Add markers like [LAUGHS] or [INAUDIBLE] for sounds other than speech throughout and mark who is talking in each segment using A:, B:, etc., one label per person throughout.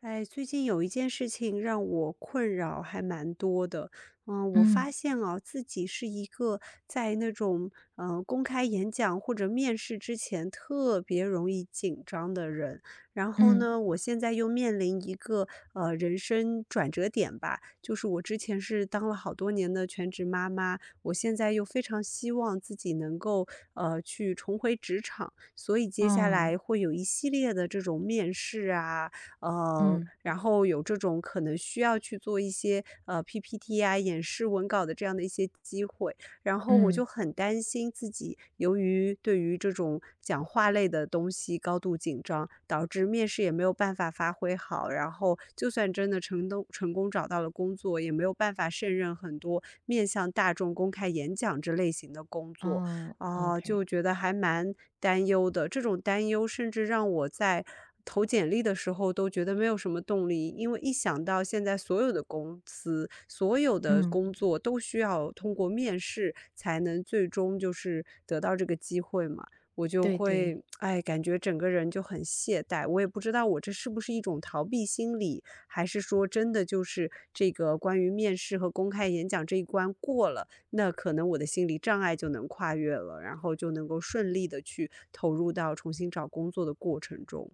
A: 哎，最近有一件事情让我困扰还蛮多的。我
B: 嗯
A: 发现啊，自己是一个在那种公开演讲或者面试之前特别容易紧张的人。然后
B: 嗯，
A: 呢，我现在又面临一个人生转折点吧，就是我之前是当了好多年的全职妈妈，我现在又非常希望自己能够去重回职场，所以接下
B: 哦，
A: 来会有一系列的这种面试啊。
B: 嗯
A: 然后有这种可能需要去做一些PPT 啊、演示文稿的这样的一些机会，然后我就
B: 嗯，
A: 很担心自己由于对于这种讲话类的东西高度紧张，导致面试也没有办法发挥好，然后就算真的成功找到了工作，也没有办法胜任很多面向大众公开演讲这类型的工作。
B: 哦
A: 哦，
B: ，OK，
A: 就觉得还蛮担忧的。这种担忧甚至让我在投简历的时候都觉得没有什么动力，因为一想到现在所有的公司、所有的
B: 嗯，
A: 工作都需要通过面试才能最终就是得到这个机会嘛，我就
B: 对对，
A: 会，哎，感觉整个人就很懈怠。我也不知道我这是不是一种逃避心理，还是说真的就是这个关于面试和公开演讲这一关过了。那可能我的心理障碍就能跨越了，然后就能够顺利的去投入到重新找工作的过程中。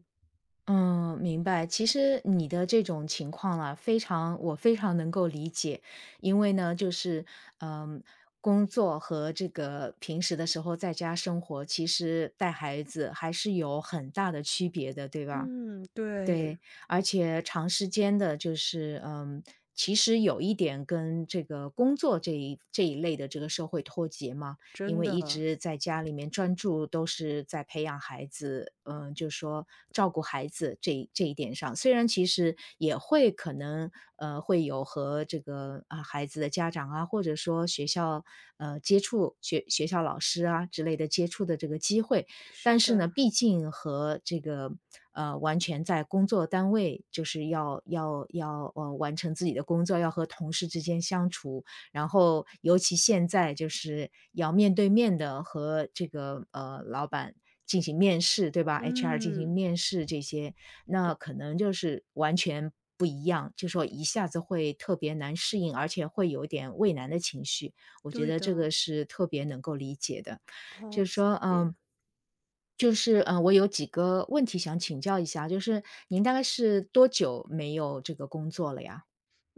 B: 嗯，明白。其实你的这种情况啊，非常我非常能够理解，因为呢，就是嗯，工作和这个平时的时候在家生活，其实带孩子还是有很大的区别的，对吧？
A: 嗯，对，
B: 对，而且长时间的，就是其实有一点跟这个工作这一类的这个社会脱节嘛，因
A: 真
B: 为一
A: 的，
B: 直在家里面专注，都是在培养孩子，就说照顾孩子这一点上，虽然其实也会可能会有和这个啊、孩子的家长啊，或者说学校接触学校老师啊之类的接触的这个机会，但
A: 是
B: 是
A: 的，
B: 呢，毕竟和这个完全在工作单位，就是要完成自己的工作，要和同事之间相处，然后尤其现在就是要面对面的和这个老板进行面试，对吧？HR 进行
A: 嗯，
B: 面试这些，那可能就是完全不一样，就说一下子会特别难适应，而且会有点畏难的情绪，我觉
A: 对
B: 得这
A: 的，
B: 个是特别能够理解的。
A: 哦，
B: 就是
A: 谢
B: 说，
A: 谢。
B: 就是，我有几个问题想请教一下，就是您大概是多久没有这个工作了呀？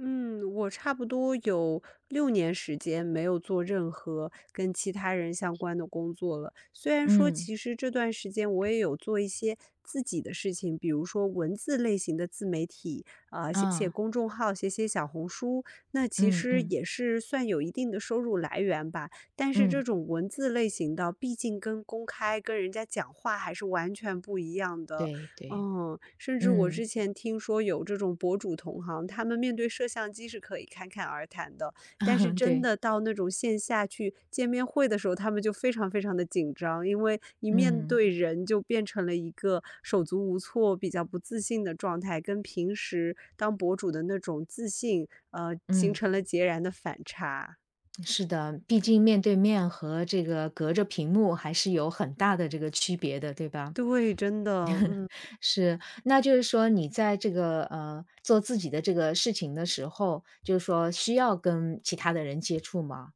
A: 嗯，我差不多有6年时间没有做任何跟其他人相关的工作了。虽然说，
B: 嗯，
A: 其实这段时间我也有做一些自己的事情，比如说文字类型的自媒体，啊、写写
B: 啊，
A: 公众号，写写小红书，那其
B: 嗯
A: 实
B: 嗯
A: 也是算有一定的收入来源吧。但是这
B: 嗯，
A: 种文字类型的，毕竟跟公开跟人家讲话还是完全不一样的。
B: 对对，
A: 嗯，甚至我
B: 嗯
A: 之前听说有这种博主同行，他们面对摄像机是可以侃侃而谈的，但是
B: [LAUGHS]，
A: 真
B: 对。
A: 的到那种线下去见面会的时候，他们就非常非常的紧张，因为一面
B: 嗯
A: 对人就变成了一个手足无措、比较不自信的状态，跟平时当博主的那种自信，形
B: 嗯，
A: 成了截然的反差。
B: 是的，毕竟面对面和这个隔着屏幕还是有很大的这个区别的，对吧？
A: 对，真的，嗯。
B: 是，那就是说你在这个做自己的这个事情的时候，就是说需要跟其他的人接触吗？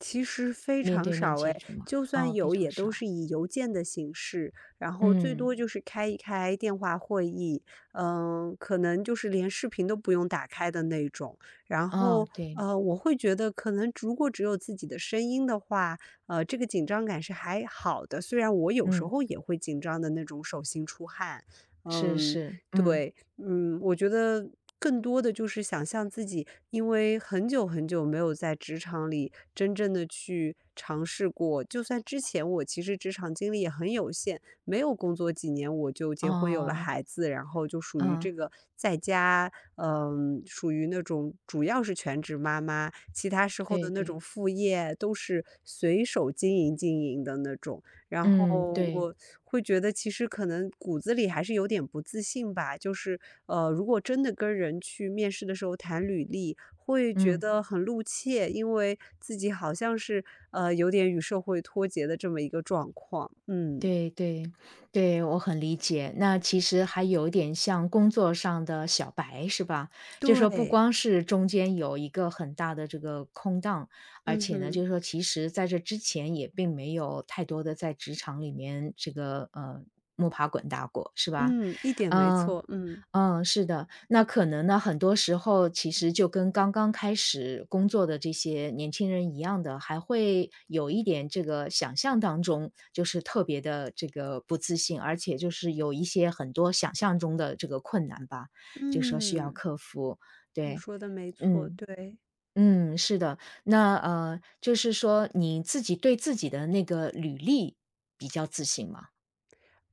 A: 其实非
B: 面
A: 常
B: 对面
A: 少
B: 接
A: 诶，
B: 触吗？
A: 就算
B: 哦，非
A: 有也
B: 常
A: 都
B: 少。
A: 是以邮件的形式，然后最
B: 嗯，
A: 多就是开一开电话会议，嗯，可能就是连视频都不用打开的那种。然
B: 哦，
A: 后，
B: 对，
A: 我会觉得可能如果只有自己的声音的话，这个紧张感是还好的，虽然我有时
B: 嗯，
A: 候也会紧张的那种手心出汗。
B: 是
A: 嗯，
B: 是，嗯，
A: 对，嗯，我觉得更多的就是想象自己因为很久很久没有在职场里真正的去尝试过，就算之前我其实职场经历也很有限，没有工作几年我就结婚有了
B: 哦，
A: 孩子，然后就属于这
B: 啊，
A: 个在家，嗯，属于那种主要是全职妈妈，其他时候
B: 对
A: 的那
B: 对，
A: 种副业都是随手经营经营的那种。然后
B: 嗯，对，
A: 我会觉得其实可能骨子里还是有点不自信吧，就是如果真的跟人去面试的时候谈履历，会觉
B: 嗯，
A: 得很露怯，因为自己好像是有点与社会脱节的这么一个状况。嗯，
B: 对对对，我很理解。那其实还有一点像工作上的小白，是吧？就说不
A: 对，
B: 光是中间有一个很大的这个空档，而
A: 嗯
B: 且呢，就
A: 哼，
B: 是说其实在这之前也并没有太多的在职场里面这个摸爬滚打过，是吧？
A: 嗯，一点没
B: 嗯、
A: 错，嗯
B: 嗯，是的，那可能呢，很多时候其实就跟刚刚开始工作的这些年轻人一样的，还会有一点这个想象当中就是特别的这个不自信，而且就是有一些很多想象中的这个困难吧，就说需要
A: 嗯，
B: 克服。
A: 你
B: 对，
A: 说的没错，
B: 嗯
A: 对，
B: 嗯，是的，那就是说你自己对自己的那个履历比较自信吗？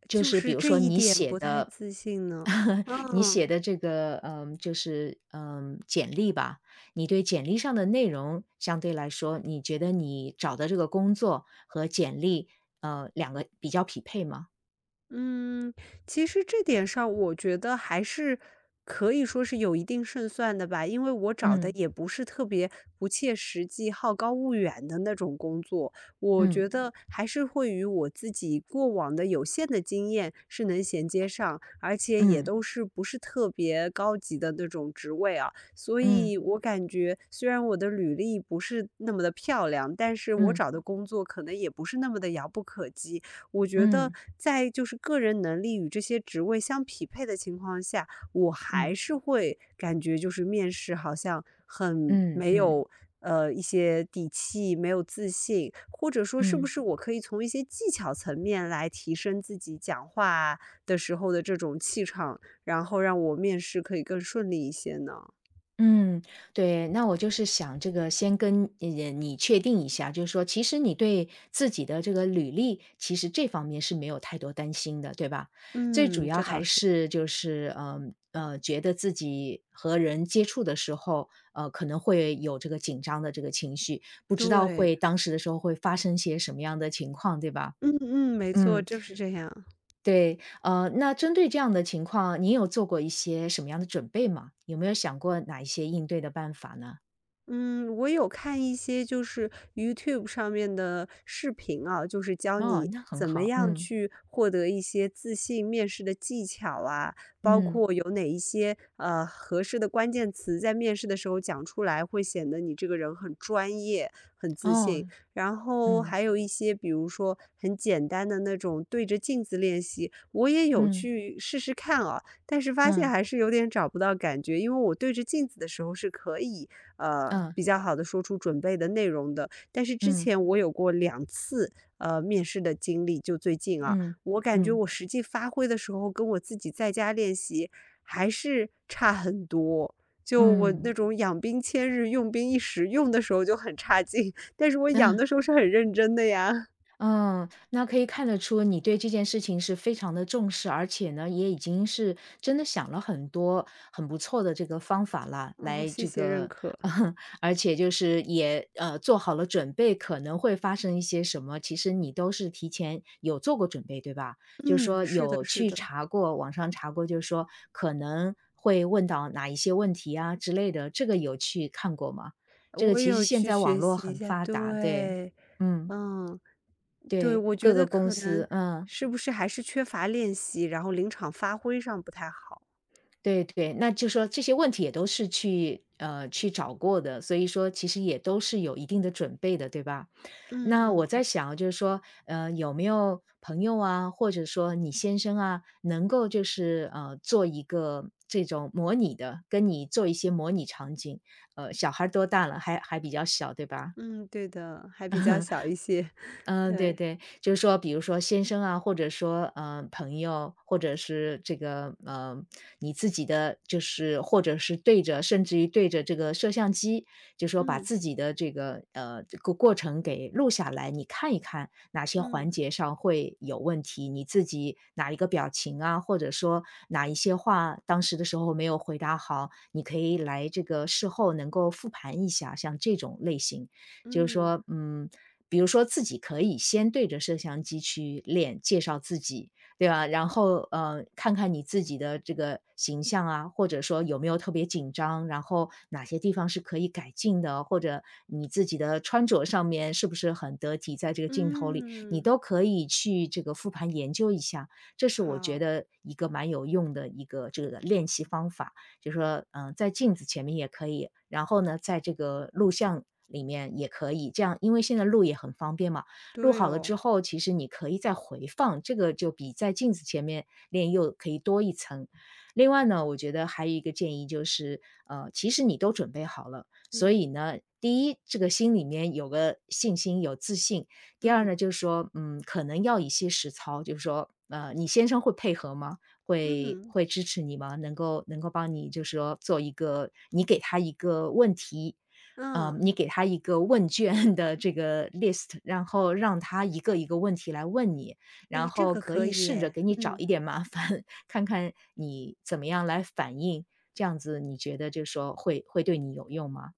B: 就
A: 就
B: 是比
A: 是
B: 如
A: 这
B: 说
A: 一
B: 你
A: 点
B: 写
A: 不太
B: 的
A: 自信呢。
B: [LAUGHS] 你
A: 嗯。
B: 写的这个，就是简历吧，你对简历上的内容相对来说，你觉得你找的这个工作和简历，两个比较匹配吗？
A: 嗯，其实这点上我觉得还是可以说是有一定胜算的吧，因为我找的
B: 嗯
A: 也不是特别不切实际、好高骛远的那种工作。我
B: 嗯
A: 觉得还是会与我自己过往的有限的经验是能衔接上，而且也
B: 嗯
A: 都是不是特别高级的那种职位啊。所
B: 嗯
A: 以我感觉虽然我的履历不是那么的漂亮，但是我
B: 嗯
A: 找的工作可能也不是那么的遥不可及。我觉得
B: 嗯
A: 在就是个人能力与这些职位相匹配的情况下，我
B: 嗯
A: 还是会感觉就是面试好像很
B: 嗯嗯
A: 没
B: 嗯
A: 有一些底气，没有自信，或者说是不
B: 嗯。
A: 是我可以从一些技巧层面来提升自己讲话的时候的这种气场，然后让我面试可以更顺利一些呢？
B: 嗯，对，那我就是想这个先跟你确定一下，就是说，其实你对自己的这个履历，其实这方面是没有太多担心的，对吧？最主
A: 嗯，
B: 要
A: 这倒
B: 还
A: 是。
B: 是就是觉得自己和人接触的时候，可能会有这个紧张的这个情绪，不知道
A: 对，
B: 会当时的时候会发生些什么样的情况，对吧？
A: 嗯嗯，没错，
B: 嗯，
A: 就是这样。
B: 对，那针对这样的情况，你有做过一些什么样的准备吗？有没有想过哪一些应对的办法呢？
A: 嗯，我有看一些就是 YouTube 上面的视频啊，就是教
B: 哦，
A: 你
B: 那很
A: 怎么
B: 好，
A: 样
B: 嗯。
A: 去获得一些自信面试的技巧啊，包
B: 嗯，
A: 括有哪一些合适的关键词在面试的时候讲出来，会显得你这个人很专业、很自
B: 哦，
A: 信。然后
B: 嗯，
A: 还有一些，比如说很简单的那种对着镜子练习，我也有
B: 嗯，
A: 去试试看啊，但是发现
B: 那
A: 还是有点找不到感觉，因为我对着镜子的时候是可以。
B: 嗯，
A: 比较好的说出准备的内容的。但是之
B: 嗯，
A: 前我有过两次，面试的经历，就最近啊，
B: 嗯，
A: 我感觉
B: 嗯，
A: 我实际发挥的时候，跟我自己在家练习还是差很多。就我
B: 嗯，
A: 那种养兵千日，用兵一时，用的时候就很差劲，但是我养的
B: 嗯。
A: 时候是很认真的呀。
B: 嗯，那可以看得出你对这件事情是非常的重视，而且呢，也已经是真的想了很多很不错的这个方法了，
A: 哦，
B: 来
A: 谢
B: 这
A: 谢认
B: 个
A: 可。
B: [LAUGHS] 而且就是也，做好了准备，可能会发生一些什么，其实你都是提前有做过准备，对吧？就是
A: 嗯，
B: 说
A: 是的
B: 有
A: 是
B: 去
A: 的。
B: 查过，网上查过，就是说可能会问到哪一些问题啊之类的，这个有去看过吗？这个
A: 我
B: 其实
A: 有
B: 现
A: 去
B: 在网
A: 学
B: 络
A: 习一
B: 很
A: 下，
B: 发达，对，
A: 对，
B: 嗯。
A: 嗯，对，
B: 对，
A: 我觉
B: 各
A: 得
B: 个公
A: 可能
B: 司，嗯，
A: 是不是还是缺乏练习，然后临场发挥上不太好。
B: 对对，那就说这些问题也都是去去找过的，所以说其实也都是有一定的准备的，对吧？那我
A: 嗯
B: 在想就是说，有没有朋友啊，或者说你先生啊，能够就是做一个这种模拟的，跟你做一些模拟场景，小孩儿多大了？还比较小，对吧？
A: 嗯，对的，还比较小
B: [LAUGHS]
A: 一些，[LAUGHS]
B: 嗯，对
A: 对，
B: 对，就是说，比如说先生啊，或者说朋友，或者是这个你自己的，就是或者是对着，甚至于对着这个摄像机，就说把
A: 嗯
B: 自己的这个这个过程给录下来，你看一看哪些环
A: 嗯
B: 节上会有问题，你自己哪一个表情啊，或者说哪一些话当时的时候没有回答好，你可以来这个事后能够复盘一下，像这种类型。就是
A: 嗯
B: 说，比如说自己可以先对着摄像机去练，介绍自己，对吧？然后，看看你自己的这个形象啊，或者说有没有特别紧张，然后哪些地方是可以改进的，或者你自己的穿着上面是不是很得体，在这个镜头里，你
A: 嗯，
B: 都可以去这个复盘研究一下。这是我觉
A: 好，
B: 得一个蛮有用的一个这个练习方法。就说，在镜子前面也可以，然后呢，在这个录像里面也可以，这样因为现在录也很方便嘛，录
A: 对
B: 好了
A: 哦，
B: 之后，其实你可以再回放，这个就比在镜子前面练又可以多一层。另外呢，我觉得还有一个建议就是，其实你都准备好了，所
A: 嗯
B: 以呢，第一，这个心里面有个信心、有自信；第二
A: 嗯
B: 呢，就是说，可能要一些实操，就是说，你先生会配合吗？会
A: 嗯
B: 会支持你吗？能够帮你就是说做一个你给他一个问题，
A: 嗯，
B: 你给他一个问卷 [LAUGHS] 的这个 list，然后让他一个一个问题来问你，
A: 哎，
B: 然
A: 这
B: 后
A: 个
B: 可
A: 可
B: 以
A: 以
B: 试着
A: 诶，
B: 给你找
A: 嗯。
B: 一点麻烦，[LAUGHS] 看看你怎么样来反应，这样子你觉得就是说会对你有用吗？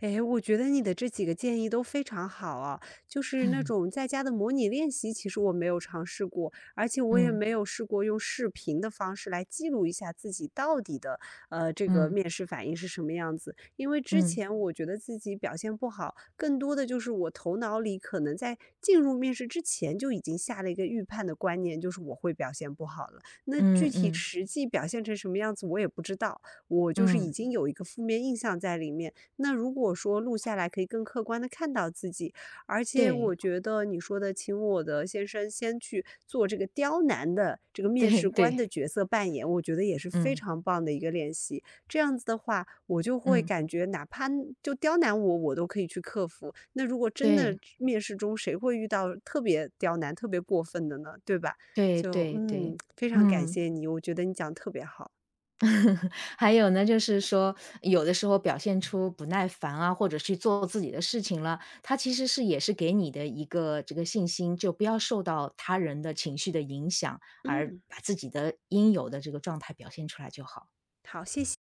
A: 诶，我觉得你的这几个建议都非常好啊，就是那种
B: [LAUGHS]
A: 在家的模拟练习，其实我没有尝试过，而且我也
B: 嗯嗯
A: 没有试过用视频的方式来记录一下自己到底的，这个面试反应是什么样子。因为之
B: 嗯
A: 前我觉得自己表现不好，更多的就是我头脑里可能在进入面试之前就已经下了一个预判的观念，就是我会表现不好了。那具
B: 嗯
A: 体
B: 嗯
A: 实际表现成什么样子我也不知道，我就是已
B: 嗯，
A: 经有一个负面印象在里面。那如果说录下来可以更客观的看到自己，而且
B: 对
A: 我觉得你说的请我的先生先去做这个刁难的这个面试
B: 对
A: 官
B: 对，
A: 的角色扮演，我觉得也是非
B: 嗯
A: 常棒的一个练习。这样子的话，我就会
B: 嗯，
A: 感觉哪怕就刁难我，我都可以去克服。那如果真的
B: 对
A: 面试中谁会遇到特别刁难、特别过分的呢？对吧？
B: 对
A: 就
B: 对
A: 嗯，
B: 对，
A: 非常感
B: 嗯。
A: 谢你，我觉得你讲得特别好。
B: [LAUGHS] 还有呢，就是说，有的时候表现出不耐烦啊，或者去做自己的事情了，他其实是也是给你的一个这个信心，就不要受到他人的情绪的影响，而
A: 嗯，
B: 把自己的应有的这个状态表现出来就好。
A: 好，谢谢。